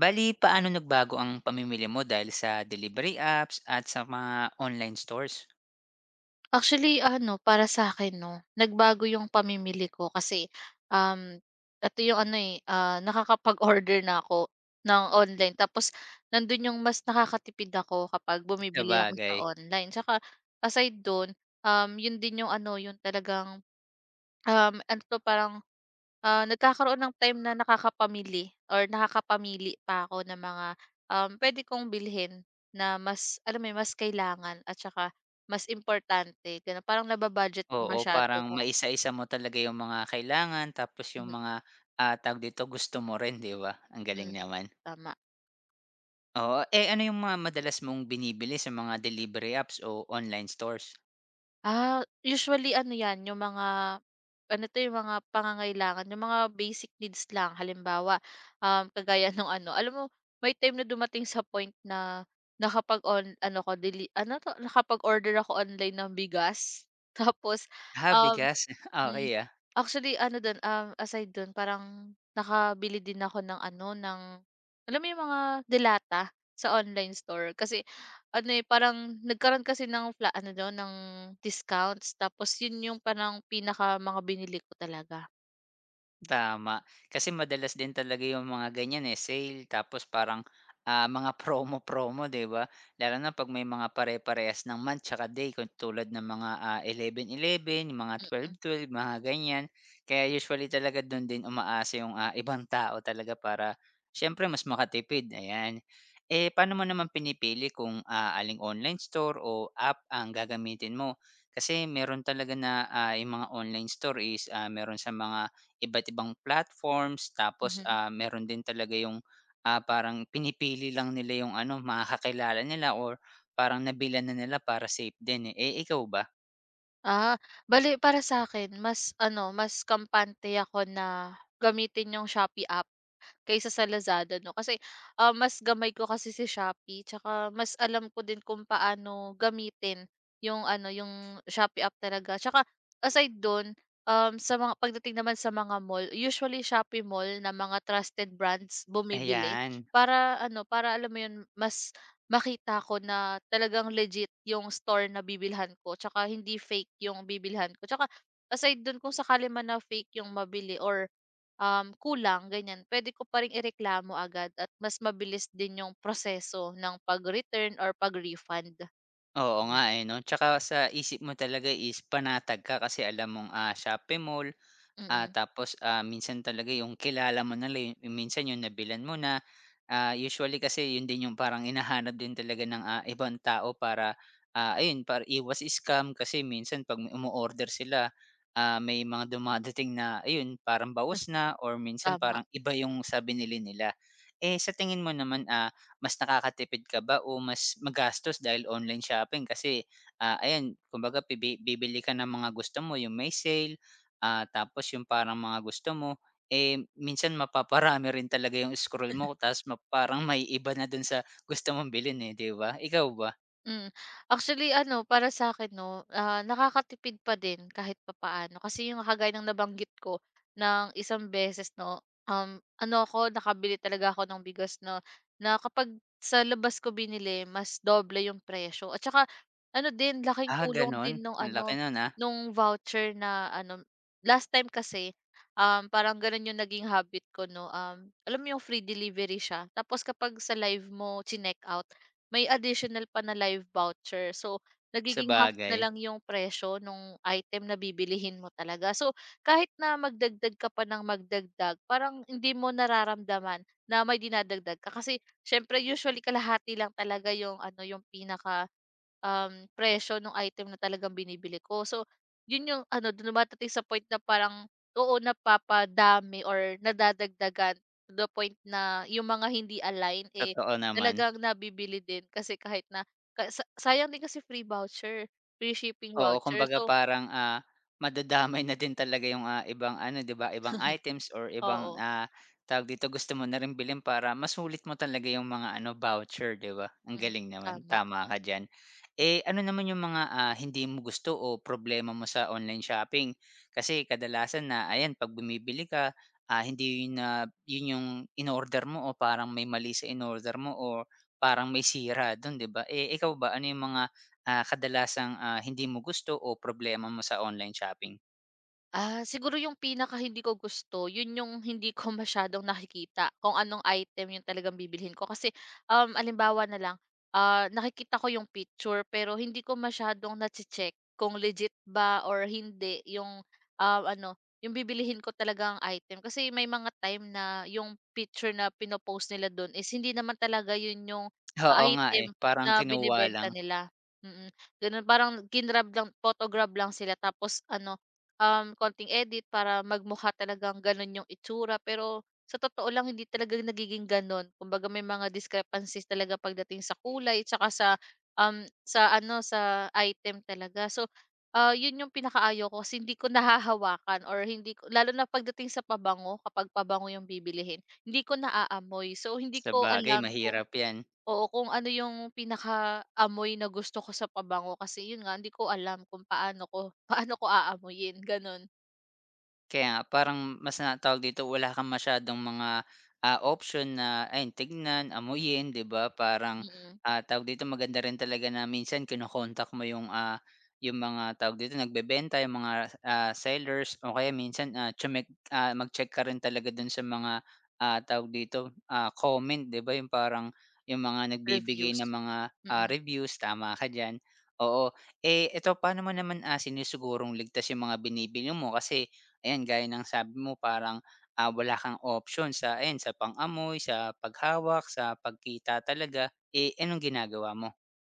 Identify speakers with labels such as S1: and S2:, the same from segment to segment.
S1: Bale, paano nagbago ang pamimili mo dahil sa delivery apps at sa mga online stores?
S2: Actually ano, para sa akin 'no, nagbago yung pamimili ko kasi, um, ito yung ano, nakakapag-order na ako ng online tapos nandun yung mas nakakatipid ako kapag bumibili ako sa
S1: Sabagay,
S2: online. Tsaka aside dun, yun din yung ano, yung talagang ano 'to parang, nagkakaroon ng time na nakakapamili or nakakapamili pa ako ng mga, pwede kong bilhin na mas alam mo 'yun, mas kailangan at saka mas importante gano'n. Parang naba-budget ko
S1: oo,
S2: masyado
S1: parang
S2: kung.
S1: maisa-isa mo talaga yung mga kailangan tapos yung
S2: Mhm,
S1: mga, tawag dito, gusto mo rin, 'di ba? Ang galing
S2: mm,
S1: naman.
S2: tama.
S1: Oo, eh, ano yung mga madalas mong binibili sa mga delivery apps o online stores?
S2: Ah, usually ano 'yan, yung mga ano 'to, yung mga pangangailangan, yung mga basic needs lang. Halimbawa, kagaya nung ano, alam mo may time na dumating sa point na nakapag-on ano ko deli ano 'to, nakapag-order ako online ng bigas. Tapos,
S1: Ah,
S2: um
S1: bigas,
S2: hmm,
S1: okey, ah.
S2: actually ano dun, aside dun parang nakabili din ako ng ano, ng alam mo yung mga delata sa online store kasi ano, eh, parang nagkaroon kasi ng fla ano dun, ng discounts tapos yun yung parang pinaka mga binili ko talaga.
S1: Tama. Kasi madalas din talaga yung mga ganyan, eh, sale tapos parang, mga promo-promo, 'di ba? Lalo na 'pag may mga pare-parehas ng month tsaka day katulad ng mga, 11.11 yung mga
S2: Mm.
S1: 12.12 mga ganyan. Kaya usually talaga dun din umaasa yung, ibang tao talaga para siyempre mas makatipid, ayan. Eh, paano mo naman pinipili kung, aling online store o app ang gagamitin mo? Kasi meron talaga na, yung mga online store is, meron sa mga iba't ibang platforms tapos,
S2: Mhm.
S1: meron din talaga yung, parang pinipili lang nila yung ano, makakakilala nila or parang nabilhan na nila para safe din, eh. Eh, ikaw ba?
S2: Ah, bale para sa akin mas ano, mas kampante ako na gamitin yung Shopee app, kaysa sa Lazada 'no. Kasi, mas gamay ko kasi si Shopee tsaka mas alam ko din kung paano gamitin yung ano, yung Shopee app talaga. Tsaka aside dun, sa mga pagdating naman sa mga mall, usually Shopee Mall na mga trusted brands bumibili
S1: Ayan,
S2: para ano, para alam mo yun, mas makita ko na talagang legit yung store na bibilhan ko tsaka hindi fake yung bibilhan ko. Tsaka aside dun kung sakali man na fake yung mabili or kulang ganyan, puwede ko pa ring ireklamo agad at mas mabilis din yung proseso ng pag-return or pag-refund.
S1: oo nga,
S2: Ganyan.
S1: eh, 'no? Tsaka sa isip mo talaga is panatag ka kasi alam mong, Shopee Mall.
S2: Mm,
S1: Ah,
S2: mm,
S1: tapos, minsan talaga yung kilala mo na lang, yung minsan yung nabilhan mo na, usually kasi yun din yung parang hinahanap din talaga ng, ibang tao para, ayun para iwas scam kasi minsan 'pag umo-order sila, may mga dumadating na ayun parang bawas na or minsan
S2: tama.
S1: parang iba yung sabi binili nila. Eh, sa tingin mo naman, mas nakakatipid ka ba o mas magastos dahil online shopping kasi, ayan kumbaga bibili ka ng mga gusto mo, yung may sale. Ah, tapos yung parang mga gusto mo, eh, minsan mapaparami rin talaga yung scroll mo ta's parang may iba na dun sa gusto mong bilhin, eh, 'di ba? Ikaw ba?
S2: Mm. Actually ano, para sa akin 'no, nakakatipid pa din kahit papaano. Kasi yung kagaya ng nabanggit ko ng isang beses 'no, ano ako, nakabili talaga ako ng bigas 'no, na kapag sa labas ko binili mas doble yung presyo at saka ano din, laking
S1: Ah,
S2: tulong
S1: ganun?
S2: din nung
S1: Ang laki
S2: ano,
S1: nun,
S2: nung voucher na ano last time kasi, parang gano'n yung naging habit ko 'no, alam mo yung free delivery siya tapos kapag sa live mo chineck-out may additional pa na live voucher. So, nagiging half na
S1: sabagay,
S2: lang yung presyo nung item na bibilihin mo talaga. So, kahit na magdagdag ka pa ng magdagdag, parang hindi mo nararamdaman na may dinadagdag ka. Kasi siyempre usually kalahati lang talaga yung ano, yung pinaka presyo ng item na talagang binibili ko. So, yun yung ano, dumatating sa point na parang, oo, napapadami or nadadagdagan to the point na yung mga hindi align, eh.
S1: totoo naman.
S2: Talagang nabibili din kasi kahit na ka sa sayang din kasi free voucher, free shipping
S1: Oo,
S2: voucher.
S1: kumbaga
S2: So,
S1: parang, madadamay na din talaga yung, ibang ano, 'di ba, ibang items or ibang,
S2: oo,
S1: tawag dito, gusto mo na rin bilhin para masulit mo talaga yung mga ano, voucher, 'di ba? Ang
S2: mm,
S1: galing naman,
S2: tama.
S1: tama ka diyan. Eh, ano naman yung mga, hindi mo gusto o problema mo sa online shopping? Kasi kadalasan na ayan, 'pag bumibili ka, hindi yun na yun yung order mo o parang may mali sa in order mo o parang may sira dun, 'di ba? Eh, ikaw ba, ano yung mga kadalasang, hindi mo gusto o problema mo sa online shopping.
S2: Ah, siguro yung pinaka hindi ko gusto, yun yung hindi ko masyadong nakikita kung anong item yung talagang bibilhin ko. Kasi, alimbawa na lang, nakikita ko yung picture pero hindi ko masyadong nache-check kung legit ba or hindi yung ano, yung bibilihin ko talagang item. Kasi may mga time na yung picture na pinopost nila doon is hindi naman talaga yun yung
S1: Oo nga, eh,
S2: item
S1: parang
S2: na
S1: kinuha lang.
S2: binibenta nila. Mm. Mm. Ganun parang ginrab lang, photograph lang sila tapos ano, konting edit para magmukha talagang gano'n yung itsura, pero sa totoo lang hindi talaga nagiging gano'n. Kumbaga may mga discrepancies talaga pagdating sa kulay tsaka sa, sa ano, sa item talaga. So, 'yun yung pinakaayaw ko kasi hindi ko nahahawakan or hindi ko lalo na pagdating sa pabango, kapag pabango yung bibilihin hindi ko naaamoy. So, hindi ko
S1: Sabagay
S2: alam kung
S1: mahirap 'yan.
S2: oo, kung ano yung pinaka pinakaamoy na gusto ko sa pabango kasi yun nga, hindi ko alam kung paano ko paano ko aamuyin, ganun.
S1: Kaya nga parang mas na dito, wala kang masyadong mga, option na ayun tignan, amuyin, 'di ba? Parang,
S2: Mm,
S1: tawag dito maganda rin talaga na minsan kino-contact mo yung, yung mga tawag dito nagbebenta, yung mga, sellers o kaya minsan, mag-check ka rin talaga dun sa mga, tawag dito, comment, 'di ba? Yung parang yung mga nagbibigay ng
S2: reviews.
S1: mga,
S2: Mm.
S1: reviews, tama ka diyan. Oo. Eh, eto paano mo naman, sinisigurong ligtas yung mga binibili mo? Kasi ayan, gaya ng sabi mo parang, wala kang option sa ayan, sa pang-amoy, sa paghawak, sa pagkita talaga, eh, anong ginagawa mo?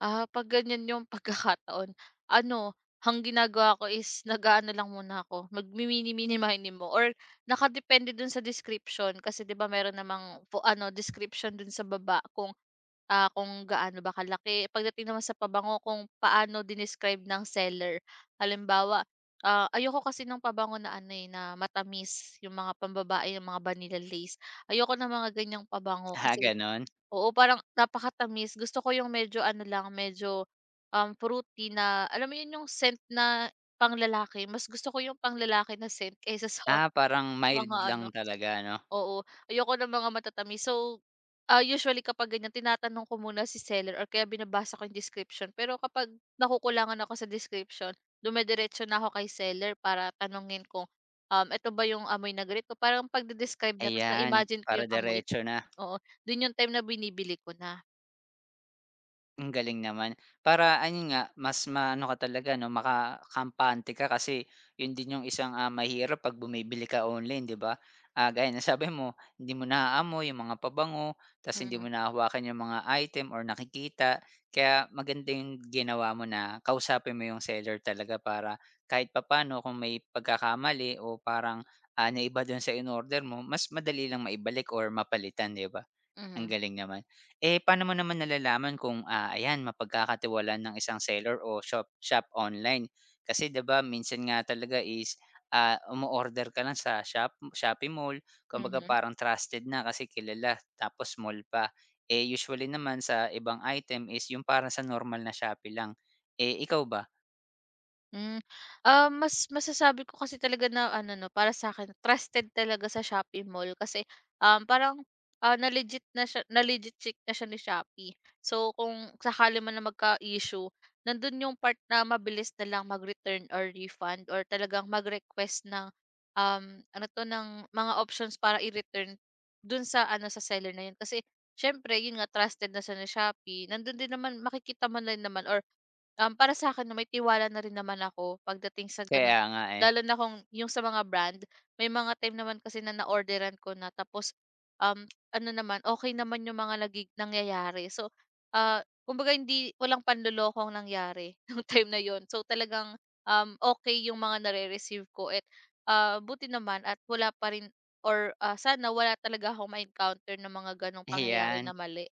S2: Ah, 'pag ganyan yung pagkakataon, ano, ang ginagawa ko is nag-aano lang muna ako, magmimini mini mini mo or nakadepende dun sa description kasi 'di ba meron namang fu ano, description dun sa baba kung, kung gaano ba kalaki. Pagdating naman sa pabango kung paano dinescribe ng seller. Halimbawa, ayoko kasi ng pabango na ano, eh, na matamis, yung mga pambabae, yung mga vanilla lace. Ayoko ng mga ganyang pabango
S1: Ah,
S2: kasi
S1: gano'n?
S2: oo, parang napakatamis. Gusto ko yung medyo ano lang, medyo, fruity na alam mo yun yung scent na panglalaki, mas gusto ko yung panglalaki na scent kaysa sa
S1: Ah, parang mild
S2: mga
S1: lang
S2: ano
S1: talaga 'no?
S2: oo, ayoko ng mga matatamis. So, usually kapag ganyan tinatanong ko muna si seller or kaya binabasa ko yung description. Pero kapag nakukulangan ako sa description, dumidiretso na ako kay seller para tanungin kung eto ba yung amoy na ganito, parang pagde-describe niya tapos
S1: Ayan,
S2: na-imagine ko
S1: para
S2: yung amoy.
S1: diretso na.
S2: Oo, dun yung time na binibili ko na.
S1: Ang galing naman. Para ayun nga, mas maano ka talaga 'no, makakampante ka kasi yun din yung isang, mahirap 'pag bumibili ka online, 'di ba? Ah, gaya ng sabi mo, hindi mo naaamoy yung mga pabango, ta's hindi
S2: Mm,
S1: mo nahahawakan yung mga item or nakikita. Kaya maganda yung ginawa mo na kausapin mo yung seller talaga para kahit papaano kung may pagkakamali o parang, naiba dun sa in order mo, mas madali lang maibalik or mapalitan, 'di ba? Ang
S2: mhm,
S1: galing naman. Eh, paano mo naman nalalaman kung, ayan mapagkakatiwalaan ng isang seller o shop shop online? Kasi 'di ba minsan nga talaga is, umo-order ka lang sa Shopee Mall, kumbaga
S2: mhm.
S1: parang trusted na kasi kilala tapos mall pa. Eh, usually naman sa ibang item is yung parang sa normal na Shopee lang. Eh, ikaw ba?
S2: Hmm, mas masasabi ko kasi talaga na ano 'no, para sa akin trusted talaga sa Shopee Mall kasi, parang, na-legit na siya na-legit check na siya ni Shopee. So, kung sakali man na magka-issue, nandun yung part na mabilis na lang mag-return or refund or talagang mag-request ng, ano 'to, ng mga options para i-return dun sa ano, sa seller na yun. Kasi siyempre yun nga trusted na siya ni Shopee, nandun din naman makikita man lang naman or para sa'kin 'no, may tiwala na rin naman ako pagdating sa gano'n.
S1: Kaya nga eh.
S2: Lalo na kung yung sa mga brand, may mga time naman kasi na na-orderan ko na tapos, um, ano naman, okay naman yung mga nangyayari. So, kumbaga hindi walang panloloko ang nangyari nung time na yon. So, talagang, okey yung mga nare-receive ko at, buti naman at wala pa rin or, sana wala talaga akong ma-encounter ng mga gano'ng pangyayari na
S1: Ayan.
S2: mali.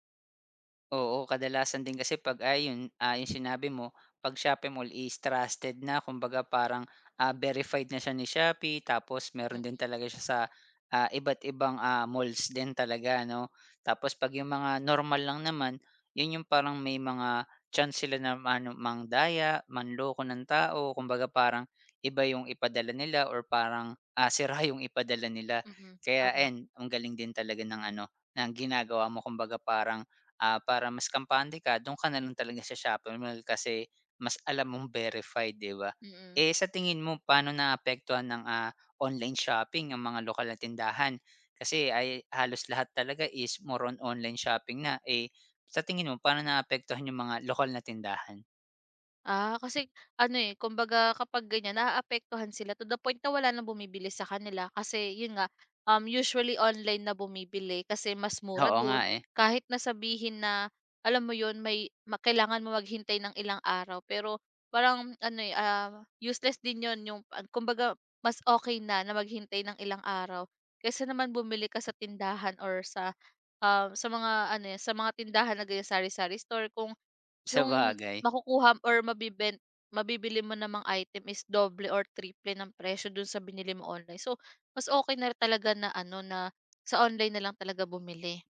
S1: Oo, kadalasan din kasi 'pag, ayun yun, yung sinabi mo, 'pag Shopee Mall is trusted na kumbaga parang, verified na siya ni Shopee tapos meron
S2: Hmm,
S1: din talaga siya sa, iba't ibang, malls din talaga 'no. Tapos 'pag yung mga normal lang naman, yun yung parang may mga chance sila na maano mandaya, manloko ng tao, kumbaga parang iba yung ipadala nila or parang, sira yung ipadala nila.
S2: mm, mm,
S1: Kaya
S2: tama,
S1: ayan, ang galing din talaga ng ano, ng ginagawa mo kumbaga parang, para mas kampante ka dun ka na lang talaga sa Shopee Mall kasi mas alam mong verified, 'di ba?
S2: mm. Mm.
S1: Eh, sa tingin mo paano naapektuhan ng, online shopping ang mga lokal na tindahan? Kasi ay halos lahat talaga is more on online shopping na, eh, sa tingin mo paano naapektuhan yung mga lokal na tindahan?
S2: Ah, kasi ano, eh, kumbaga kapag ganyan naaapektuhan sila to the point na wala nang bumibili sa kanila kasi yun nga, usually online na bumibili kasi mas mura
S1: Oo nga,
S2: dun.
S1: eh,
S2: Kahit na sabihin na alam mo yun may ma kailangan mo maghintay ng ilang araw pero parang ano, useless din yun yung kumbaga mas okay na, na maghintay ng ilang araw kaysa naman bumili ka sa tindahan or sa, sa mga ano, eh, sa mga tindahan na ganyan sari-sari store kung
S1: sa
S2: yung
S1: bagay.
S2: makukuha or mabibili mo namang item is doble or triple ng presyo dun sa binili mo online. So, mas okay na talaga na ano, na sa online na lang talaga bumili.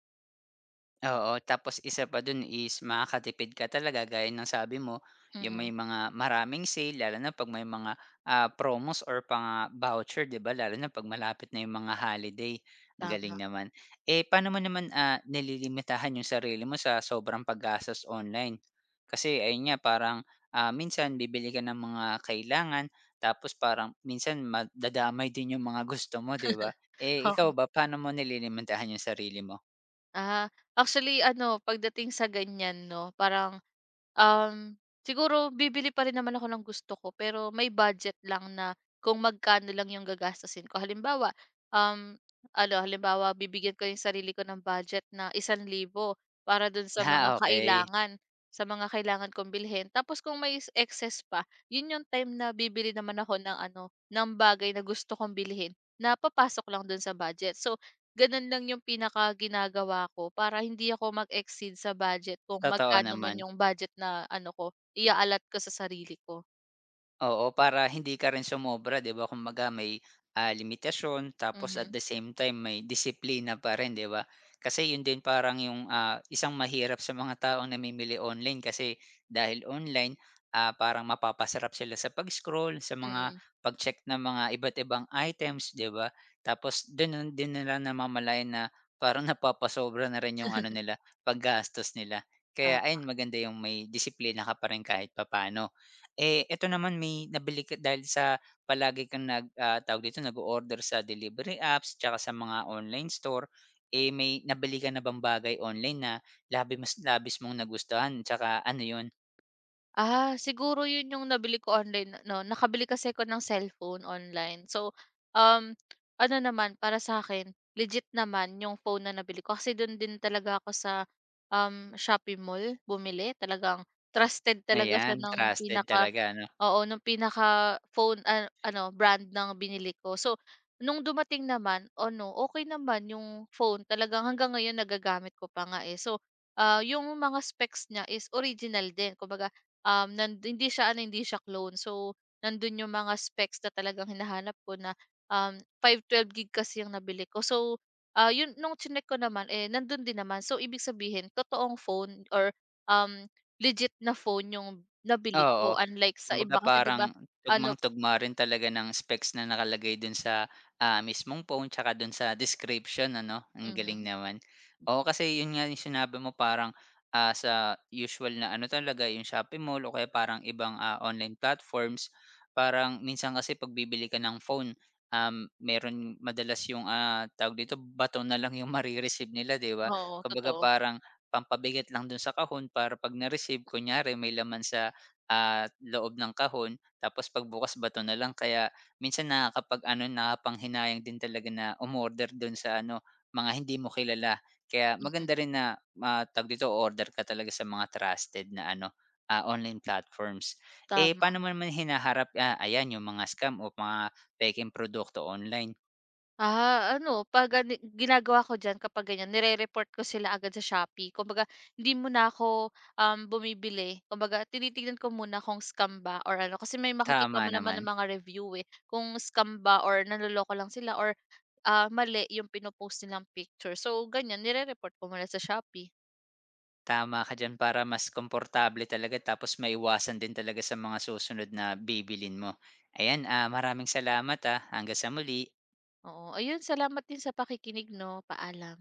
S1: Oo, tapos isa pa dun is makakatipid ka talaga gaya ng sabi mo, yung
S2: Mm,
S1: may mga maraming sale lalo na 'pag may mga, promos or voucher 'di ba lalo na 'pag malapit na yung mga holiday, ang galing
S2: tama.
S1: naman. Eh, paano mo naman, nililimitahan yung sarili mo sa sobrang paggastos online? Kasi ayun nga parang, minsan bibili ka ng mga kailangan tapos parang minsan madadamay din yung mga gusto mo 'di ba? Eh, ikaw ba paano mo nililimitahan yung sarili mo?
S2: Ah, actually ano pagdating sa ganyan 'no, parang, um, siguro bibili pa rin naman ako ng gusto ko pero may budget lang na kung magkano lang yung gagastusin ko. Halimbawa, um, ano halimbawa bibigyan ko yung sarili ko ng budget na 1,000 para dun
S1: Ah, okay.
S2: sa mga kailangan kong bilhin. Tapos kung may excess pa, yun yung time na bibili naman ako ng ano, ng bagay na gusto kong bilhin na papasok lang dun sa budget. So, gano'n lang yung pinakaginagawa ko para hindi ako mag-exceed sa budget kung
S1: Totoo
S2: magkano man
S1: naman.
S2: yung budget na ano ko, iaalat ko sa sarili ko.
S1: Oo, para hindi ka rin sumobra 'di ba, kumbaga may, limitasyon tapos at
S2: Mhm,
S1: the same time may disiplina pa rin 'di ba? Kasi yun din parang yung, isang mahirap sa mga taong namimili online kasi dahil online, parang mapapasarap sila sa pag-scroll, sa mga
S2: mm.
S1: pag-check ng mga iba't ibang items 'di ba? Tapos dun din nila namamalayan na parang napapasobra na rin yung ano nila, paggastos nila. Kaya ayun maganda yung may disiplina ka pa rin kahit papaano. Eh, eto naman may nabili ka dahil sa palagi kang tawag dito, nag-o-order sa delivery apps tsaka sa mga online store, eh, may nabili ka na bang bagay online na mas labis mong nagustuhan tsaka ano yun,
S2: Ah, siguro yun yung nabili ko online 'no, nakabili kasi ko ng cellphone online. So, um, ano naman para sa akin legit naman yung phone na nabili ko kasi dun din talaga ako sa, Shopee Mall bumili. Talagang trusted talaga siya
S1: ayan,
S2: ng
S1: trusted
S2: pinaka
S1: talaga 'no?
S2: oo, ng pinaka phone ano brand ng binili ko. So, nung dumating naman ano, okay naman yung phone talagang hanggang ngayon nagagamit ko pa nga, eh. So, yung mga specs niya is original din kumbaga um, nan hindi siya ano, hindi siya clone. So, nandun yung mga specs na talagang hinahanap ko na 512 gig kasi yung nabili ko. So, yun, nung chinek ko naman, eh, nandun din naman. So, ibig sabihin, totoong phone or um, legit na phone yung nabili
S1: Oo,
S2: ko. Unlike sa
S1: kumbaga
S2: iba kasi, di ba,
S1: parang
S2: ano,
S1: tugmang-tugma rin talaga ng specs na nakalagay dun sa, mismong phone tsaka dun sa description ano, ang galing
S2: mm,
S1: naman. Oo, kasi yun nga yung sinabi mo parang, sa usual na ano talaga yung Shopee Mall o kaya parang ibang, online platforms, parang minsan kasi pagbibili ka ng phone, meron madalas yung, tawag dito, bato na lang yung mare nila 'di ba?
S2: oo,
S1: Kumbaga
S2: totoo.
S1: parang pampabigat lang dun sa kahon para 'pag na-receive kunyari may laman sa loob ng kahon tapos pagbukas bato na lang. Kaya minsan nakakapag-ano, nakakapanghinayang din talaga na umorder dun sa ano, mga hindi mo kilala. Kaya
S2: Mm,
S1: maganda rin na, tawag dito, order ka talaga sa mga trusted na ano, online platforms. Eh,
S2: tama.
S1: paano mo naman hinaharap, ayan yung mga scam o mga pekeng produkto online?
S2: Ah, ano 'pag ano ginagawa ko diyan kapag ganyan nire-report ko sila agad sa Shopee. Kumbaga hindi muna ako, bumibili. Kumbaga tinitignan ko muna kung scam ba or ano, kasi may makikita
S1: Tama
S2: mo naman
S1: naman.
S2: ng mga review, eh, kung scam ba or nanloloko lang sila or, mali yung pinopost post nilang picture. So ganyan nire-report ko muna sa Shopee.
S1: Tama ka diyan para mas komportable talaga tapos maiwasan din talaga sa mga susunod na bibilhin mo. Ayan, maraming salamat, ah. Hanggang sa muli.
S2: Oo, ayun salamat din sa pakikinig 'no, paalam.